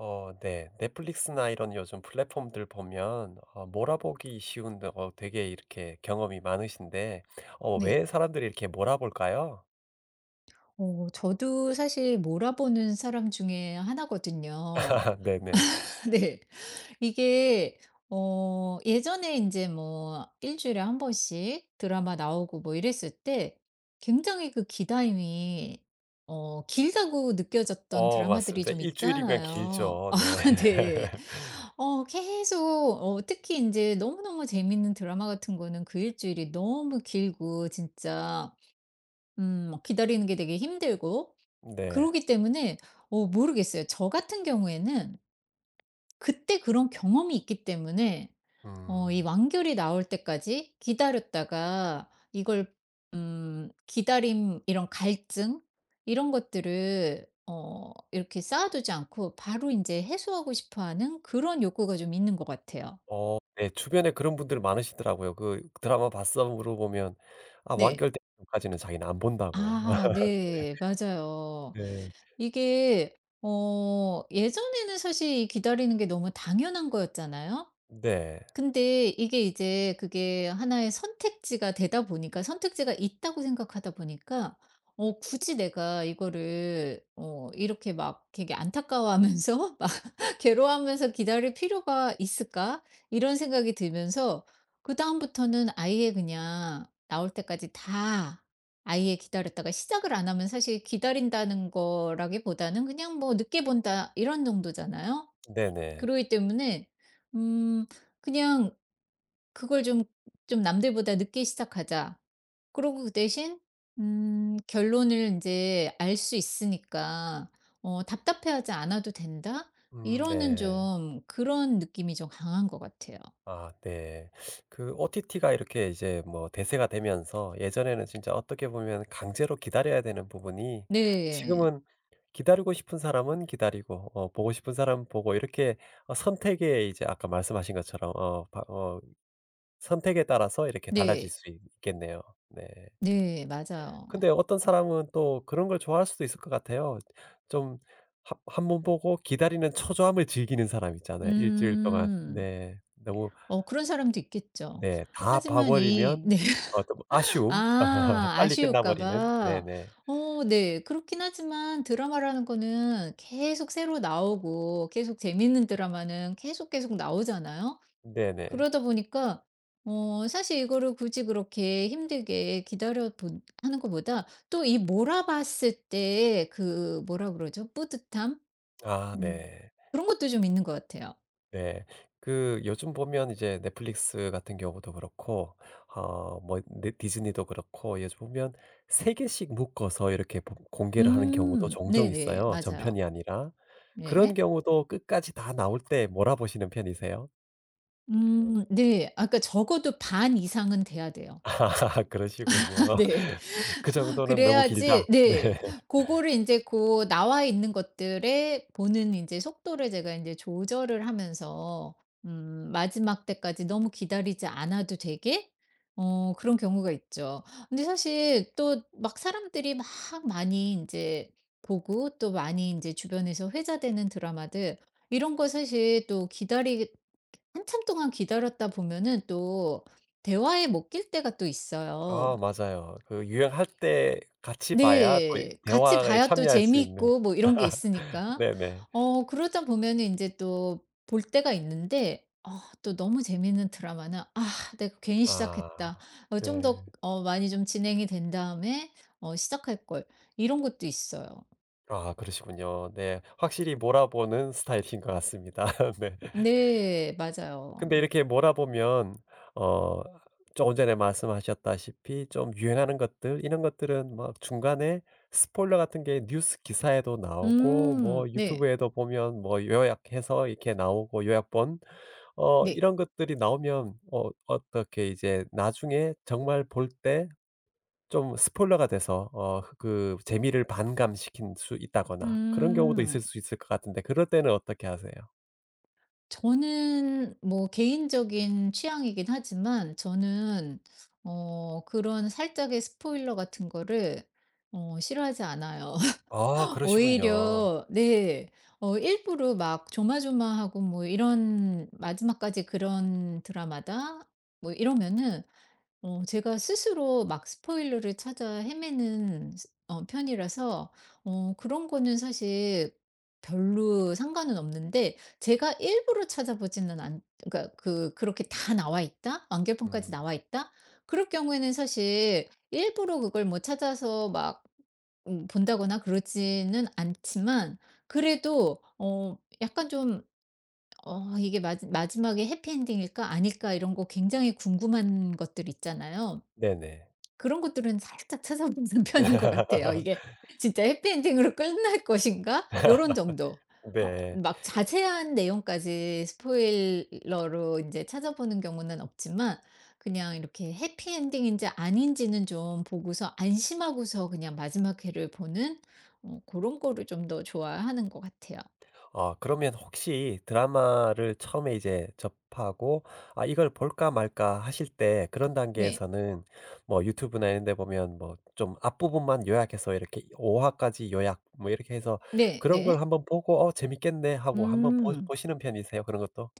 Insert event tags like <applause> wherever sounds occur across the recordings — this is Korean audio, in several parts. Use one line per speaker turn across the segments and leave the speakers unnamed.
네. 넷플릭스나 이런 요즘 플랫폼들 보면 몰아보기 쉬운 데 되게 이렇게 경험이 많으신데
네.
왜 사람들이 이렇게 몰아볼까요?
저도 사실 몰아보는 사람 중에 하나거든요.
<laughs> 네네.
<laughs> 네. 이게 예전에 이제 뭐 일 주일에 한 번씩 드라마 나오고 뭐 이랬을 때 굉장히 그 기다림이 길다고 느껴졌던 드라마들이
맞습니다.
좀
일 주일이면
있잖아요. <laughs>
길죠.
아
네.
네.
<laughs>
어 계속 어 특히 이제 너무너무 재밌는 드라마 같은 거는 그 일주일이 너무 길고 진짜 막 기다리는 게 되게 힘들고,
네.
그러기 때문에 모르겠어요. 저 같은 경우에는 그때 그런 경험이 있기 때문에 이
음.
완결이 나올 때까지 기다렸다가 이걸, 기다림, 이런 갈증, 이런 것들을 이렇게 쌓아두지 않고 바로 이제 해소하고 싶어 하는 그런 욕구가 좀 있는 것 같아요.
네. 주변에 그런 분들 많으시더라고요. 그 "드라마 봤어?" 물어보면 아,
네.
완결되기 까지는 자기는 안 본다고.
아
<laughs>
네. 맞아요.
네.
이게 예전에는 사실 이 기다리는 게 너무 당연한 거였잖아요.
네.
근데 이게 이제 그게 하나의 선택지가 되다 보니까, 선택지가 있다고 생각하다 보니까 굳이 내가 이거를 이렇게 막 되게 안타까워하면서 <laughs> 막 괴로워하면서 기다릴 필요가 있을까? 이런 생각이 들면서, 그다음부터는 아예 그냥 나올 때까지 다, 아예 기다렸다가 시작을 안 하면 사실 기다린다는 거라기보다는 그냥 뭐 늦게 본다, 이런 정도잖아요.
네네.
그러기 때문에 음 그냥 그걸 좀, 좀 '남들보다 늦게 시작하자.' 그러고 그 대신 결론을 이제 알 수 있으니까 '답답해하지 않아도 된다.' 이러는
네.
좀 그런 느낌이 좀 강한 것 같아요.
아 네. 그 OTT가 이렇게 이제 뭐 대세가 되면서 예전에는 진짜 어떻게 보면 강제로 기다려야 되는 부분이
네.
지금은 기다리고 싶은 사람은 기다리고 보고 싶은 사람은 보고 이렇게 선택에 이제 아까 말씀하신 것처럼 어 바 어 선택에 따라서 이렇게 달라질
네.
수 있 있겠네요. 네.
네. 맞아요.
근데 어떤 사람은 또 그런 걸 좋아할 수도 있을 것 같아요. 좀 한 번 보고 기다리는 초조함을 즐기는 사람 있잖아요, 일주일 동안.
음.
네. 너무.
그런 사람도 있겠죠.
네. 다 봐
하지만 이,
버리면
네.
어떤 뭐 아쉬움. <laughs>
아
빨리 끝나
아쉬울까
버리는.
봐.
네네.
네. 그렇긴 하지만 드라마라는 거는 계속 새로 나오고 계속 재밌는 드라마는 계속 나오잖아요.
네네.
그러다 보니까 사실 이거를 굳이 그렇게 힘들게 기다려 본 하는 것보다, 또 이 몰아봤을 때 그 뭐라 그러죠? 뿌듯함?
아
음
네.
그런 것도 좀 있는 것 같아요.
네. 그 요즘 보면 이제 넷플릭스 같은 경우도 그렇고 뭐 네 디즈니도 그렇고 요즘 보면 3 개씩 묶어서 이렇게 보 공개를 하는 경우도 종종
네네.
있어요,
맞아요.
전편이 아니라. 그런
네.
경우도 끝까지 다 나올 때 몰아보시는 편이세요?
네. 아까 적어도 반 이상은 돼야 돼요.
<laughs> 아
<laughs>
그러시군요.
네.
'그
<laughs>
정도는 너무
그래야지
길다.' 네.
네. 그거를 이제 그 나와 있는 것들에 보는 이제 속도를 제가 이제 조절을 하면서 마지막 때까지 너무 기다리지 않아도 되게 그런 경우가 있죠. 근데 사실 또 막 사람들이 막 많이 이제 보고, 또 많이 이제 주변에서 회자되는 드라마들, 이런 거 사실 또 기다리 한참 동안 기다렸다 보면은 또 대화에 못낄 때가 또 있어요.
아 맞아요. 그 유행할 때 같이 봐야 또 이
네. 같이
대화에
봐야 또
참여할 수 있는.
재미있고 뭐 이런 게
<laughs>
있으니까.
네네.
그러다 보면은 인제 또 볼 때가 있는데 또 너무 재미있는 드라마는 '아, 내가 괜히
아
시작했다. 좀 더
네.
많이 좀 진행이 된 다음에 시작할 걸.' 이런 것도 있어요.
아 그러시군요. 네. 확실히 몰아보는 스타일인 것 같습니다. <laughs> 네.
네.
근데
맞아요.
이렇게 몰아보면 어 조금 전에 말씀하셨다시피 좀 유행하는 것들 이런 것들은 막 중간에 스포일러 같은 게 뉴스 기사에도 나오고
음.
뭐
네.
유튜브에도 보면 뭐 요약해서 이렇게 나오고 요약본
네.
이런 것들이 나오면 어떻게 이제 나중에 정말 볼 때 좀 스포일러가 돼서 그 재미를 반감시킬 수 있다거나 그런 경우도
음.
있을 수 있을 것 같은데 그럴 때는 어떻게 하세요?
저는 뭐 개인적인 취향이긴 하지만, 저는 그런 살짝의 스포일러 같은 거를 싫어하지 않아요.
아
<laughs>
그러시군요.
오히려 네. 일부러 막 조마조마하고 뭐 이런 마지막까지 그런 드라마다, 뭐 이러면은 제가 스스로 막 스포일러를 찾아 헤매는 스 어 편이라서 그런 거는 사실 별로 상관은 없는데, 제가 일부러 찾아보지는 않, 그러니까 그 그렇게 다 나와 있다? 완결판까지
음.
나와 있다? 그럴 경우에는 사실 일부러 그걸 뭐 찾아서 막 본다거나 그러지는 않지만, 그래도 약간 좀 '이게 마 마지막에 해피엔딩일까? 아닐까?' 이런 거 굉장히 궁금한 것들 있잖아요.
네네.
그런 것들은 살짝 찾아보는 <laughs> 편인 것 같아요. 이게
<laughs>
진짜 해피엔딩으로 끝날 것인가? 요런 정도.
네.
막 자세한 내용까지 스포일러로 이제 찾아보는 경우는 없지만, 그냥 이렇게 해피엔딩인지 아닌지는 좀 보고서 안심하고서 그냥 마지막 회를 보는 어런 거를 좀 더 좋아하는 것 같아요.
아 그러면 혹시 드라마를 처음에 이제 접하고 '아 이걸 볼까 말까.' 하실 때 그런
네.
단계에서는 뭐 유튜브나 이런 데 보면 뭐 좀 앞부분만 요약해서 이렇게 5 화까지 요약 뭐 이렇게 해서
네
그런 걸
네.
한번 보고 '어 재밌겠네.' 하고 한번 보
음.
보시는 편이세요? 그런 것도?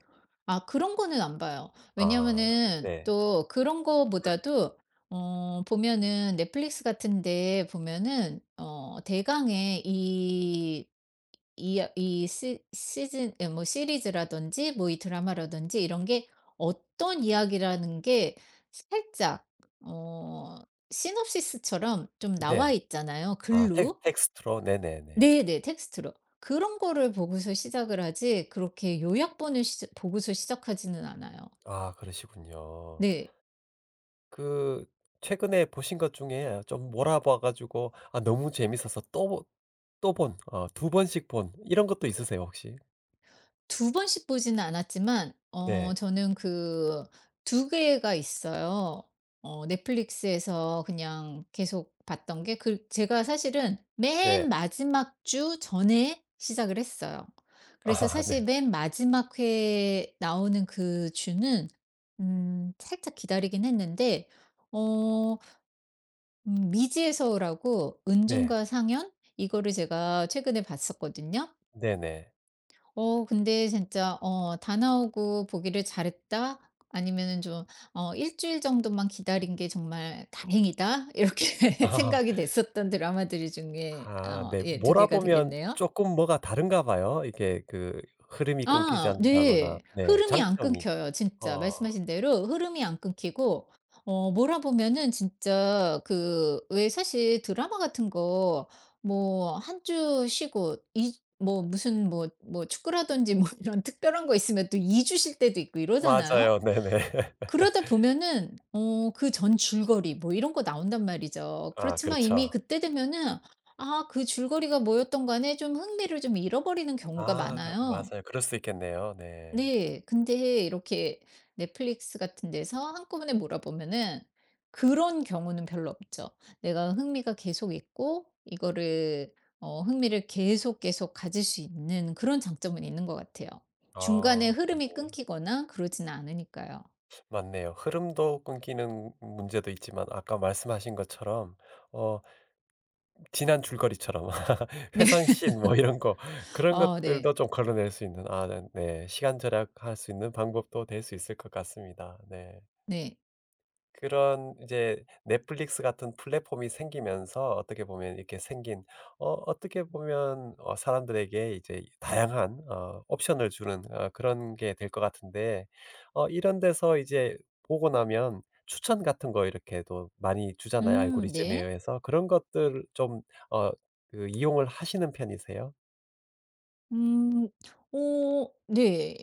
아 그런 거는 안 봐요.
아
왜냐면은
네.
또 그런 거보다도 보면은 넷플릭스 같은 데 보면은 대강의 이 이 이 시 시즌 에, 뭐 시리즈라든지 뭐 이 드라마라든지, 이런 게 어떤 이야기라는 게 살짝 어 시놉시스처럼 좀 나와
네.
있잖아요,
아 텍
글로.
텍스트로. 네네네.
네네. 텍스트로. 그런 거를 보고서 시작을 하지, 그렇게 요약본을 시 보고서 시작하지는 않아요.
아 그러시군요.
네.
그 최근에 보신 것 중에 좀 몰아봐 가지고 아 너무 재밌어서 또 또 본 어 두 번씩 본 이런 것도 있으세요 혹시?
두 번씩 보지는 않았지만
네.
저는 그 두 개가 있어요. 넷플릭스에서 그냥 계속 봤던 게, 그 제가 사실은 맨
네.
마지막 주 전에 시작을 했어요.
<laughs>
그래서
아
사실
네.
맨 마지막 회에 나오는 그 주는 살짝 기다리긴 했는데 어 미지의 서울라고,
네.
은준과 상현, 이거를 제가 최근에 봤었거든요.
네네.
근데 진짜 '다 나오고 보기를 잘했다.' 아니면은 좀 일 주일 정도만 기다린 게 정말 다행이다.' 이렇게
<laughs>
<laughs>
아.
생각이 됐었던 드라마들 중에
아 네.
예 두 개가
몰아보면
되겠네요.
조금 뭐가 다른가 봐요. 이게 그 흐름이 끊기지
아
않는다거나.
네.
네.
흐름이 안
장점이.
끊겨요 진짜.
어.
말씀하신 대로 흐름이 안 끊기고 몰아보면은 진짜 그 왜 사실 드라마 같은 거, 뭐 한 주 쉬고 이, 뭐 무슨 뭐 축구라든지 뭐 <laughs> 이런 특별한 거 있으면 또 2주 쉴 때도 있고 이러잖아요.
맞아요. 네네. <laughs>
그러다 보면은 그 전 줄거리 뭐 이런 거 나온단 말이죠.
아
그렇지만 이미
그렇죠.
그때 되면은, 아 그 줄거리가 뭐였던 간에 좀 흥미를 좀 잃어버리는 경우가
아
많아요.
맞아요. 그럴 수 있겠네요. 네.
네. 근데 이렇게 넷플릭스 같은 데서 한꺼번에 몰아보면은 그런 경우는 별로 없죠. 내가 흥미가 계속 있고 이거를 흥미를 계속 가질 수 있는 그런 장점은 있는 것 같아요. 중간에
아
흐름이 끊기거나 그러지는 않으니까요.
맞네요. 흐름도 끊기는 문제도 있지만 아까 말씀하신 것처럼 어 지난 줄거리처럼
<laughs>
<laughs>
네.
회상씬 뭐 이런 거, 그런
아 네.
것들도 좀 걸러낼 수 있는 아네 네, 시간 절약할 수 있는 방법도 될 수 있을 것 같습니다. 네.
네.
그런 이제 넷플릭스 같은 플랫폼이 생기면서 어떻게 보면 이렇게 생긴 어떻게 보면 사람들에게 이제 다양한 옵션을 주는 그런 게 될 것 같은데 이런 데서 이제 보고 나면 추천 같은 거 이렇게도 많이 주잖아요, 알고리즘에
네.
의해서. 그런 것들 좀 어 그 이용을 하시는 편이세요?
음. 네.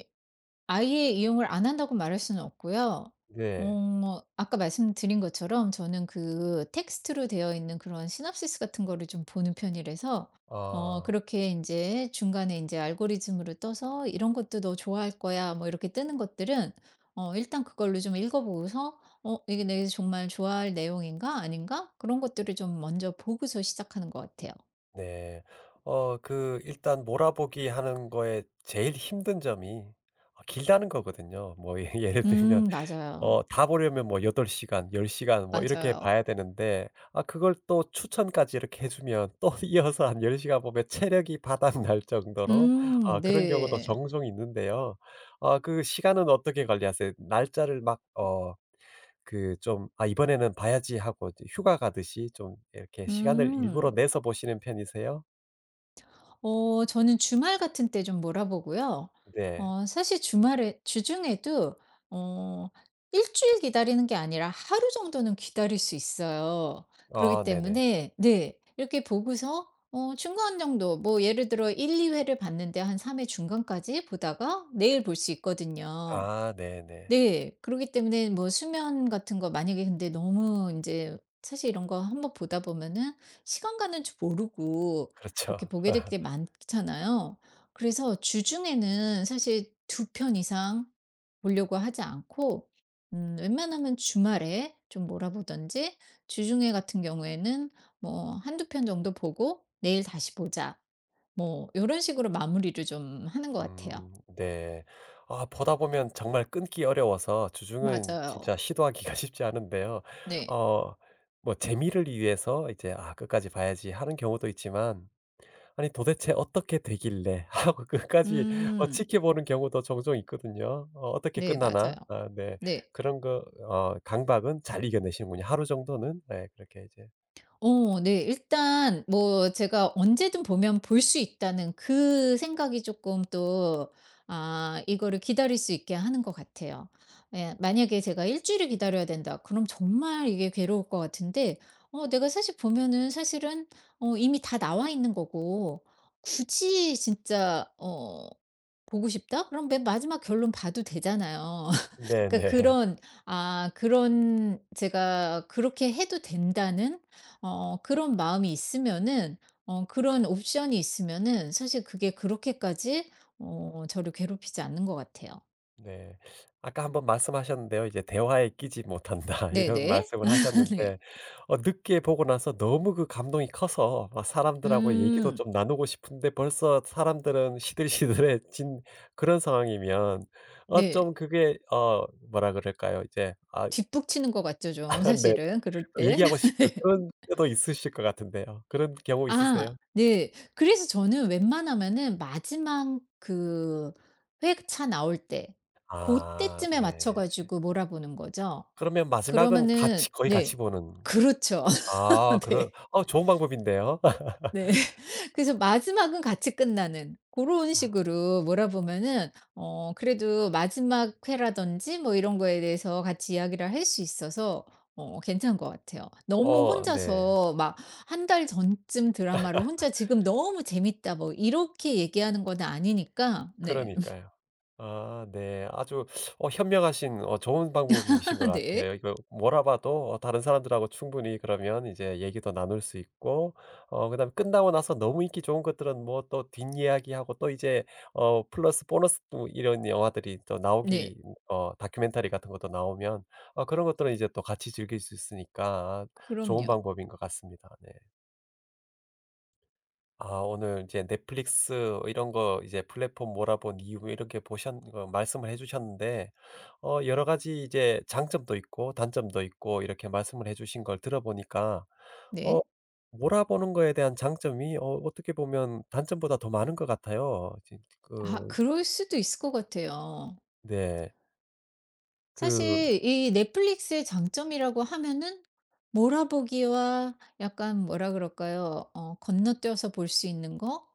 아예 이용을 안 한다고 말할 수는 없고요. 어
네.
뭐 아까 말씀드린 것처럼 저는 그 텍스트로 되어 있는 그런 시놉시스 같은 거를 좀 보는 편이라서
아.
그렇게 이제 중간에 이제 알고리즘으로 떠서 "이런 것도 너 좋아할 거야." 뭐 이렇게 뜨는 것들은 일단 그걸로 좀 읽어 보고서 '어 이게 내가 정말 좋아할 내용인가? 아닌가?' 그런 것들을 좀 먼저 보고서 시작하는 것 같아요.
네. 그 일단 몰아보기 하는 거에 제일 힘든 점이 길다는 거거든요. 뭐 <laughs> 예를 들면
맞아요.
다 보려면 뭐 8 시간, 10 시간 뭐 이렇게
맞아요.
봐야 되는데 아 그걸 또 추천까지 이렇게 해 주면 또 <laughs> 이어서 한 10 시간 보면 체력이 바닥날 정도로 아 그런 경우도
네.
종종 있는데요. 아 그 시간은 어떻게 관리하세요? 날짜를 막 어 그 좀 '아 이번에는 봐야지.' 하고 이제 휴가 가듯이 좀 이렇게 시간을 일부러
음.
내서 보시는 편이세요?
저는 주말 같은 때 좀 몰아보고요.
네.
사실 주말에 주중에도 어 일 주일 기다리는 게 아니라 하루 정도는 기다릴 수 있어요.
아
그러기
네네.
때문에 네 이렇게 보고서 중간 정도, 뭐 예를 들어 1-2 회를 봤는데 한 3회 중간까지 보다가 내일 볼 수 있거든요.
아 네네.
네. 그러기 때문에 뭐 수면 같은 거, 만약에 근데 너무 인제, 사실 이런 거 한번 보다 보면은 시간 가는 줄 모르고 그렇게
그렇죠.
보게 될
<laughs>
게 많잖아요. 그래서 주중에는 사실 두 편 이상 보려고 하지 않고 웬만하면 주말에 좀 몰아보든지, 주중에 같은 경우에는 뭐 한두 편 정도 보고 '내일 다시 보자.' 뭐 요런 식으로 마무리를 좀 하는 것 같아요.
네. 아 보다 보면 정말 끊기 어려워서 주중은
맞아요.
진짜 시도하기가 <laughs> 쉽지 않은데요.
네.
어 뭐 재미를 위해서 이제 '아 끝까지 봐야지.' 하는 경우도 있지만 '아니 도대체 어떻게 되길래?' <laughs> 하고 끝까지
음.
지켜보는 경우도 종종 있거든요. '어 어떻게
네 맞아요.
끝나나?' 아 네.
네.
그런 거 강박은 잘 이겨내시는군요. 하루 정도는 네 그렇게 이제
네. 일단 뭐 제가 언제든 보면 볼 수 있다는 그 생각이 조금 또 아 이거를 기다릴 수 있게 하는 것 같아요. 예. 만약에 제가 일 주일을 기다려야 된다. 그럼 정말 이게 괴로울 것 같은데 내가 사실 보면은 사실은 이미 다 나와 있는 거고, 굳이 진짜 '보고 싶다.' 그럼 맨 마지막 결론 봐도 되잖아요. 그러니까
네네.
그런, 아 그런, 제가 그렇게 해도 된다는 그런 마음이 있으면은 그런 옵션이 있으면은 사실 그게 그렇게까지 저를 괴롭히지 않는 것 같아요.
네. 아까 한번 말씀하셨는데요. 이제 "대화에 끼지 못한다." <laughs> 이런
네네.
말씀을
<laughs> 네.
하셨는데 늦게 보고 나서 너무 그 감동이 커서 막 사람들하고 얘기도
음.
좀 나누고 싶은데 벌써 사람들은 시들시들해진 그런 상황이면 어
네.
좀 그게 어 뭐라 그럴까요? 이제 아.
뒷북치는 것 같죠, 좀
<laughs> 네.
사실은 그럴
또
때.
얘기하고 싶을 그런 때도 있으실 것 같은데요. 그런
<laughs>
경우
아
있으세요?
네. 그래서 저는 웬만하면은 마지막 그 회차 나올 때 그때
아
쯤에 맞춰
네.
가지고 몰아보는 거죠.
그러면 마지막은
그러면은
같이 거의 같이
네.
보는.
그렇죠.
아
<laughs>
그런
네.
좋은 방법인데요. <laughs>
네. <laughs> 그래서 마지막은 같이 끝나는 그런
아.
식으로 몰아보면은 그래도 마지막 회라든지 뭐 이런 거에 대해서 같이 이야기를 할 수 있어서 괜찮은 것 같아요. 너무
어 네.
혼자서 막 한 달 전쯤 드라마로 혼자 "지금 너무 재밌다." 뭐 이렇게 얘기하는 건 아니니까 네.
그러니까요. 아 네. 아주 현명하신 좋은 방법이신 것
<laughs> 네.
같아요. 이거 뭐라 봐도 다른 사람들하고 충분히 그러면 이제 얘기도 나눌 수 있고 그다음에 끝나고 나서 너무 인기 좋은 것들은 뭐 또 뒷이야기하고 또 이제 플러스 보너스 또 이런 영화들이 또
네.
나오기, 다큐멘터리 같은 것도 나오면 그런 것들은 이제 또 같이 즐길 수 있으니까 아 좋은
그럼요.
방법인 것 같습니다. 네. 아 오늘 이제 넷플릭스 이런 거 이제 플랫폼 몰아본 이유 이렇게 보셨 어 말씀을 해 주셨는데 여러 가지 이제 장점도 있고 단점도 있고 이렇게 말씀을 해 주신 걸 들어보니까 어
네.
몰아보는 거에 대한 장점이 어떻게 보면 단점보다 더 많은 것 같아요.
아
그
그럴 수도 있을 것 같아요.
네. 그
사실 이 넷플릭스의 장점이라고 하면은 몰아보기와 약간, 뭐라 그럴까요? 건너뛰어서 볼 수 있는 거?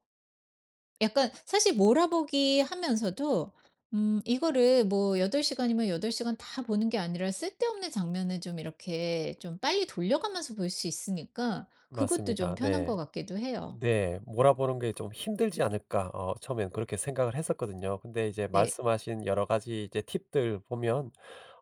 약간 사실 몰아보기 하면서도 이거를 뭐 8 시간이면 8 시간 다 보는 게 아니라 쓸데없는 장면을 좀 이렇게 좀 빨리 돌려가면서 볼 수 있으니까, 그것도 좀
맞습니다.
편한 것
네.
같기도 해요.
네. '몰아보는 게 좀 힘들지 않을까.' 처음엔 그렇게 생각을 했었거든요. 근데 이제
네.
말씀하신 여러 가지 이제 팁들 보면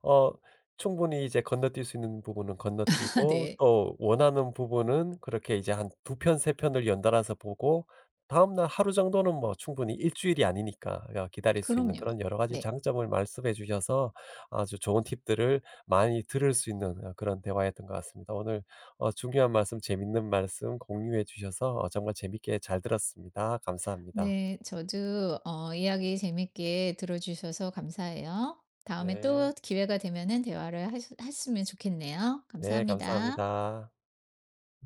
어 충분히 이제 건너뛸 수 있는 부분은
<laughs> 아
건너뛰고
네.
또 원하는 부분은 그렇게 이제 한 두 편 세 편을 연달아서 보고 다음날 하루 정도는 뭐 충분히 일주일이 아니니까 기다릴 수 있는
그럼요.
그런 여러 가지
네.
장점을 말씀해 주셔서 아주 좋은 팁들을 많이 들을 수 있는 그런 대화였던 것 같습니다. 오늘 중요한 말씀, 재밌는 말씀 공유해 주셔서 정말 재밌게 잘 들었습니다. 감사합니다.
네, 저도 이야기 재밌게 들어주셔서 감사해요. 다음에
네.
또 기회가 되면은 대화를 했으면 좋겠네요.
네,
감사합니다.
감사합니다.